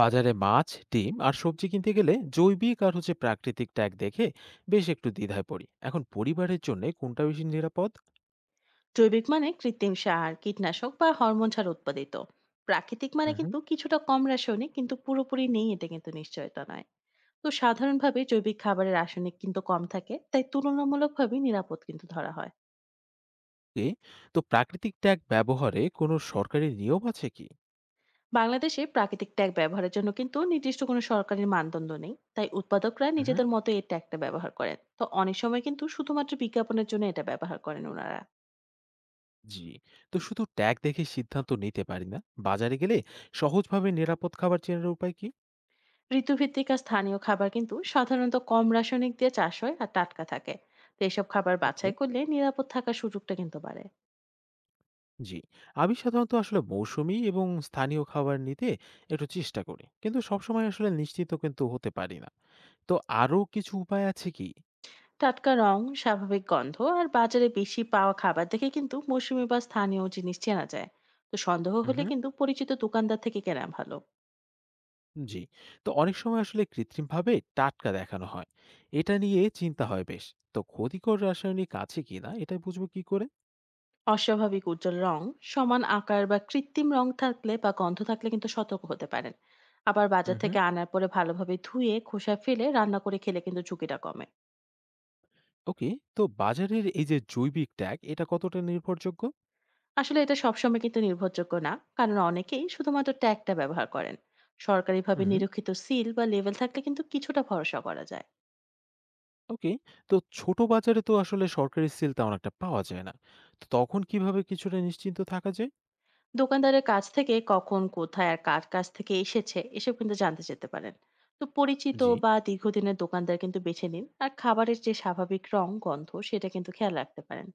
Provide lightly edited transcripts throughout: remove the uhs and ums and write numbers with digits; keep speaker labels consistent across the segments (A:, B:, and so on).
A: বাজারে মাছ, ডিম আর সবজি কিনতে গেলে জৈবিক আর হচ্ছে প্রাকৃতিক ট্যাগ দেখে বেশ একটু দ্বিধায় পড়ি। এখন পরিবারের জন্য কোনটা বেশি নিরাপদ?
B: জৈবিক মানে কৃত্রিম সার কীটনাশক বা হরমোন ছাড়া উৎপাদিত। প্রাকৃতিক মানে
A: হুম
B: কিন্তু কিছুটা কম রাসায়নিক, কিন্তু পুরোপুরি নেই এটা কিন্তু নিশ্চয়তা নয়। তো সাধারণভাবে জৈবিক খাবারের রাসায়নিক কিন্তু কম থাকে, তাই তুলনামূলকভাবে নিরাপদ কিন্তু ধরা হয়।
A: এ তো প্রাকৃতিক ট্যাগ ব্যবহারে কোনো সরকারি নিয়ম আছে কি?
B: বাংলাদেশে প্রাকৃতিক ট্যাগ ব্যবহারের জন্য কিন্তু নির্দিষ্ট কোনো সরকারি মানদণ্ড নেই, তাই উৎপাদকরা
A: হুম,
B: নিজেদের মতো এই ট্যাগটা ব্যবহার করেন। তো অনেক সময় কিন্তু শুধুমাত্র বিজ্ঞাপনের জন্য এটা ব্যবহার করেন ওনারা।
A: জি। তো শুধু ট্যাগ দেখে সিদ্ধান্ত নিতে পারি না। বাজারে গেলে সহজভাবে নিরাপদ খাবার চেনার উপায় কি?
B: ঋতুভিত্তিক আর স্থানীয় খাবার কিন্তু সাধারণত কম রাসায়নিক দিয়ে চাষ হয় আর টাটকা থাকে। তো এসব খাবার
A: ওকে,
B: বাছাই করলে নিরাপদ থাকার সুযোগটা কিন্তু বাড়ে।
A: জি। আমি সাধারণত মৌসুমী এবং স্থানীয় খাবার নিতে একটু চেষ্টা করি, কিন্তু সবসময় নিশ্চিত কিন্তু হতে পারি না। তো আরো কিছু উপায় আছে কি?
B: টাটকা রং, স্বাভাবিক গন্ধ আর বাজারে বেশি পাওয়া খাবার দেখে কিন্তু মৌসুমী বা স্থানীয় জিনিস চেনা যায়। তো সন্দেহ হলে কিন্তু পরিচিত দোকানদার থেকে কেনা ভালো।
A: জি। তো অনেক সময় কৃত্রিমভাবে টাটকা দেখানো হয়। এটা নিয়ে চিন্তা হয় বেশ। তো ক্ষতিকর রাসায়নিক আছে কিনা এটা বুঝবো কি করে?
B: অস্বাভাবিক উজ্জ্বল রং, সমান আকার বা কৃত্রিম রং থাকলে বা গন্ধ থাকলে কিন্তু সতর্ক হতে পারেন। আবার
A: হুম
B: বাজার
A: হুম,
B: থেকে আনার পরে ভালোভাবে ধুয়ে খোসা ফেলে রান্না করে খেলে কিন্তু ঝুঁকিটা কমে।
A: ওকে। তো বাজারের এই যে জৈবিক ট্যাগ, এটা কতটা নির্ভরযোগ্য?
B: আসলে এটা সবসময় কিন্তু নির্ভরযোগ্য না, কারণ অনেকেই শুধুমাত্র ট্যাগটা ব্যবহার করেন। সরকারিভাবে
A: হুম,
B: নিরীক্ষিত সিল বা লেভেল থাকলে কিন্তু কিছুটা ভরসা করা যায়।
A: ওকে। তো ছোট বাজারে তো সরকারি সিল তেমন একটা পাওয়া যায় না। তো তখন কিভাবে কিছুটা নিশ্চিন্ত থাকা যায়?
B: দোকানদারের কাছ থেকে কখন, কোথায় আর কার কাছ থেকে এসেছে এসব কিন্তু জানতে যেতে পারেন। তো পরিচিত
A: জি,
B: বা দীর্ঘদিনের দোকানদার কিন্তু বেছে নিন, আর খাবারের যে স্বাভাবিক রং গন্ধ সেটা কিন্তু খেয়াল রাখতে পারেন।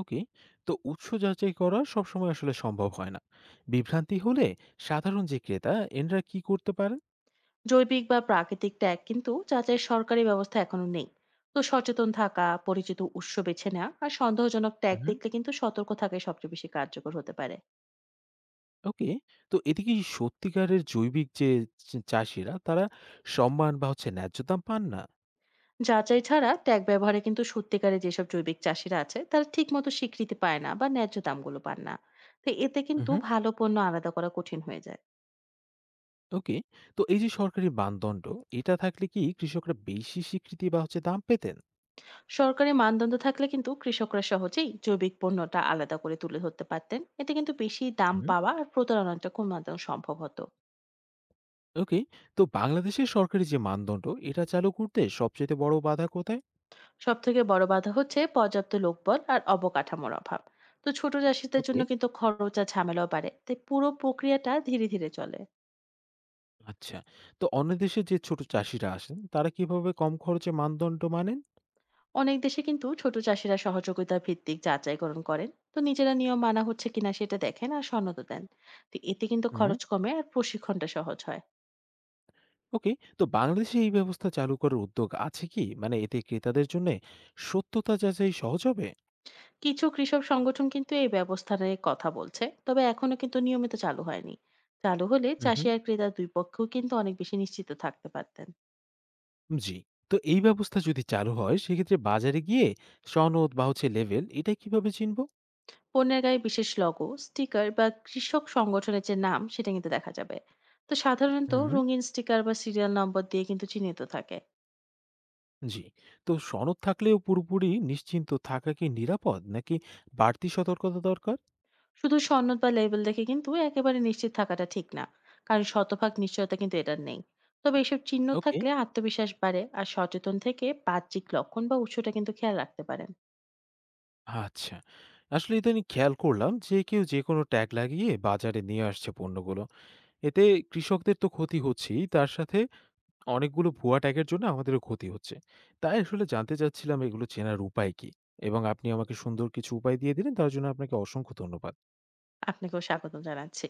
A: ওকে। তো উৎস যাচাই করা সবসময় সম্ভব হয় না। বিভ্রান্তি হলে সাধারণ যে ক্রেতা, এনরা কি করতে পারে?
B: জৈবিক বা প্রাকৃতিক ট্যাগ কিন্তু যাচাইয়ের সরকারি ব্যবস্থা এখনো নেই। তো সচেতন থাকা, পরিচিত উৎস বেছে নেওয়া আর সন্দেহজনক ট্যাগ দেখলে কিন্তু সতর্ক থাকাই সবচেয়ে বেশি কার্যকর হতে পারে।
A: ওকে। তো এতে কি সত্যিকারের জৈবিক যে চাষীরা তারা সম্মান বা হচ্ছে ন্যায্য দাম পান না?
B: যাচাই ছাড়া ট্যাগ ব্যবহারে কিন্তু সত্যিকারে যেসব জৈবিক চাষিরা আছে তারা ঠিক মতো স্বীকৃতি পায় না বা ন্যায্য দামগুলো পান না। তো এতে কিন্তু
A: উহু,
B: ভালো পণ্য আলাদা করা কঠিন হয়ে যায়।
A: ওকে। তো এই যে সরকারি মানদণ্ড, এটা থাকলে কি কৃষকরা বেশি স্বীকৃতি বা হচ্ছে দাম পেতেন?
B: সরকারি মানদণ্ড থাকলে কিন্তু কৃষকরা সহজেই জৈবিক পণ্যটা আলাদা করে তুলে ধরতে পারতেন, এতে কিন্তু বেশি দাম
A: হুম,
B: পাওয়া আর প্রতারণাটা কমানো সম্ভব হতো।
A: ওকে। তো বাংলাদেশের সরকারি যে মানদণ্ড, এটা চালু করতে সবচাইতে বড় বাধা কোথায়?
B: সবথেকে বড় বাধা হচ্ছে পর্যাপ্ত লোকবল আর অবকাঠামোর অভাব। তো ছোট চাষিদের জন্য
A: ওকে,
B: কিন্তু খরচ আর ঝামেলাও বাড়ে, তাই পুরো প্রক্রিয়াটা ধীরে ধীরে চলে।
A: আচ্ছা। তো অন্য দেশে যে ছোট চাষীরা আসেন, তারা কিভাবে কম খরচে মানদণ্ড মানেন?
B: অনেক দেশে কিন্তু ছোট চাষিরা সহযোগিতা ভিত্তিক যাচাইকরণ করেন। তো নিজেরা নিয়ম মানা হচ্ছে কিনা সেটা দেখেন আর সনদ দেন। তো এতে কিন্তু
A: হুম,
B: খরচ কমে আর প্রশিক্ষণটা সহজ হয়।
A: ওকে। তো বাংলাদেশে এই ব্যবস্থা চালু করার উদ্যোগ আছে কি? মানে এতে ক্রেতাদের জন্যে সত্যতা যাচাই সহজ হবে?
B: কিছু কৃষক সংগঠন কিন্তু এই ব্যবস্থা নিয়ে কথা বলছে, তবে এখনো কিন্তু নিয়মিত চালু হয়নি। চালু হলে
A: হুম
B: চাষি
A: হুম,
B: আর ক্রেতা দুই পক্ষও কিন্তু অনেক বেশি নিশ্চিত থাকতে পারতেন।
A: জি। তো এই ব্যবস্থা যদি চালু হয় সেক্ষেত্রে বাজারে গিয়ে সনদ বা হচ্ছে লেভেল এটা কিভাবে চিনব?
B: পণ্যের গায়ে বিশেষ লোগো, স্টিকার বা কৃষক সংগঠনের যে নাম সেটা কিন্তু দেখা যাবে। তো সাধারণত
A: হুম,
B: রঙিন স্টিকার বা সিরিয়াল নম্বর দিয়ে কিন্তু চিহ্নিত থাকে।
A: জি। তো সনদ থাকলেও পুরোপুরি নিশ্চিন্ত থাকা কি নিরাপদ নাকি বাড়তি সতর্কতা দরকার?
B: শুধু সনদ বা লেবেল দেখে কিন্তু একেবারে নিশ্চিত থাকাটা ঠিক না, কারণ শতভাগ নিশ্চয়তা কিন্তু এটার নেই। তবে এসব চিহ্ন
A: ওকে,
B: থাকলে আত্মবিশ্বাস বাড়ে, আর সচেতন থেকে বাহ্যিক লক্ষণ বা উৎসটা কিন্তু খেয়াল রাখতে পারেন।
A: আচ্ছা। ইদানিং খেয়াল করলাম যে কেউ যেকোনো ট্যাগ লাগিয়ে বাজারে নিয়ে আসছে পণ্যগুলো। এতে কৃষকদের তো ক্ষতি হচ্ছেই, তার সাথে অনেকগুলো ভুয়া ট্যাগের জন্য আমাদেরও ক্ষতি হচ্ছে। তাই জানতে চাচ্ছিলাম এগুলো চেনার উপায় কী? এবং আপনি আমাকে সুন্দর কিছু উপায় দিয়ে দিলেন, তার জন্য আপনাকে অসংখ্য ধন্যবাদ।
B: আপনাকেও স্বাগত জানাচ্ছি।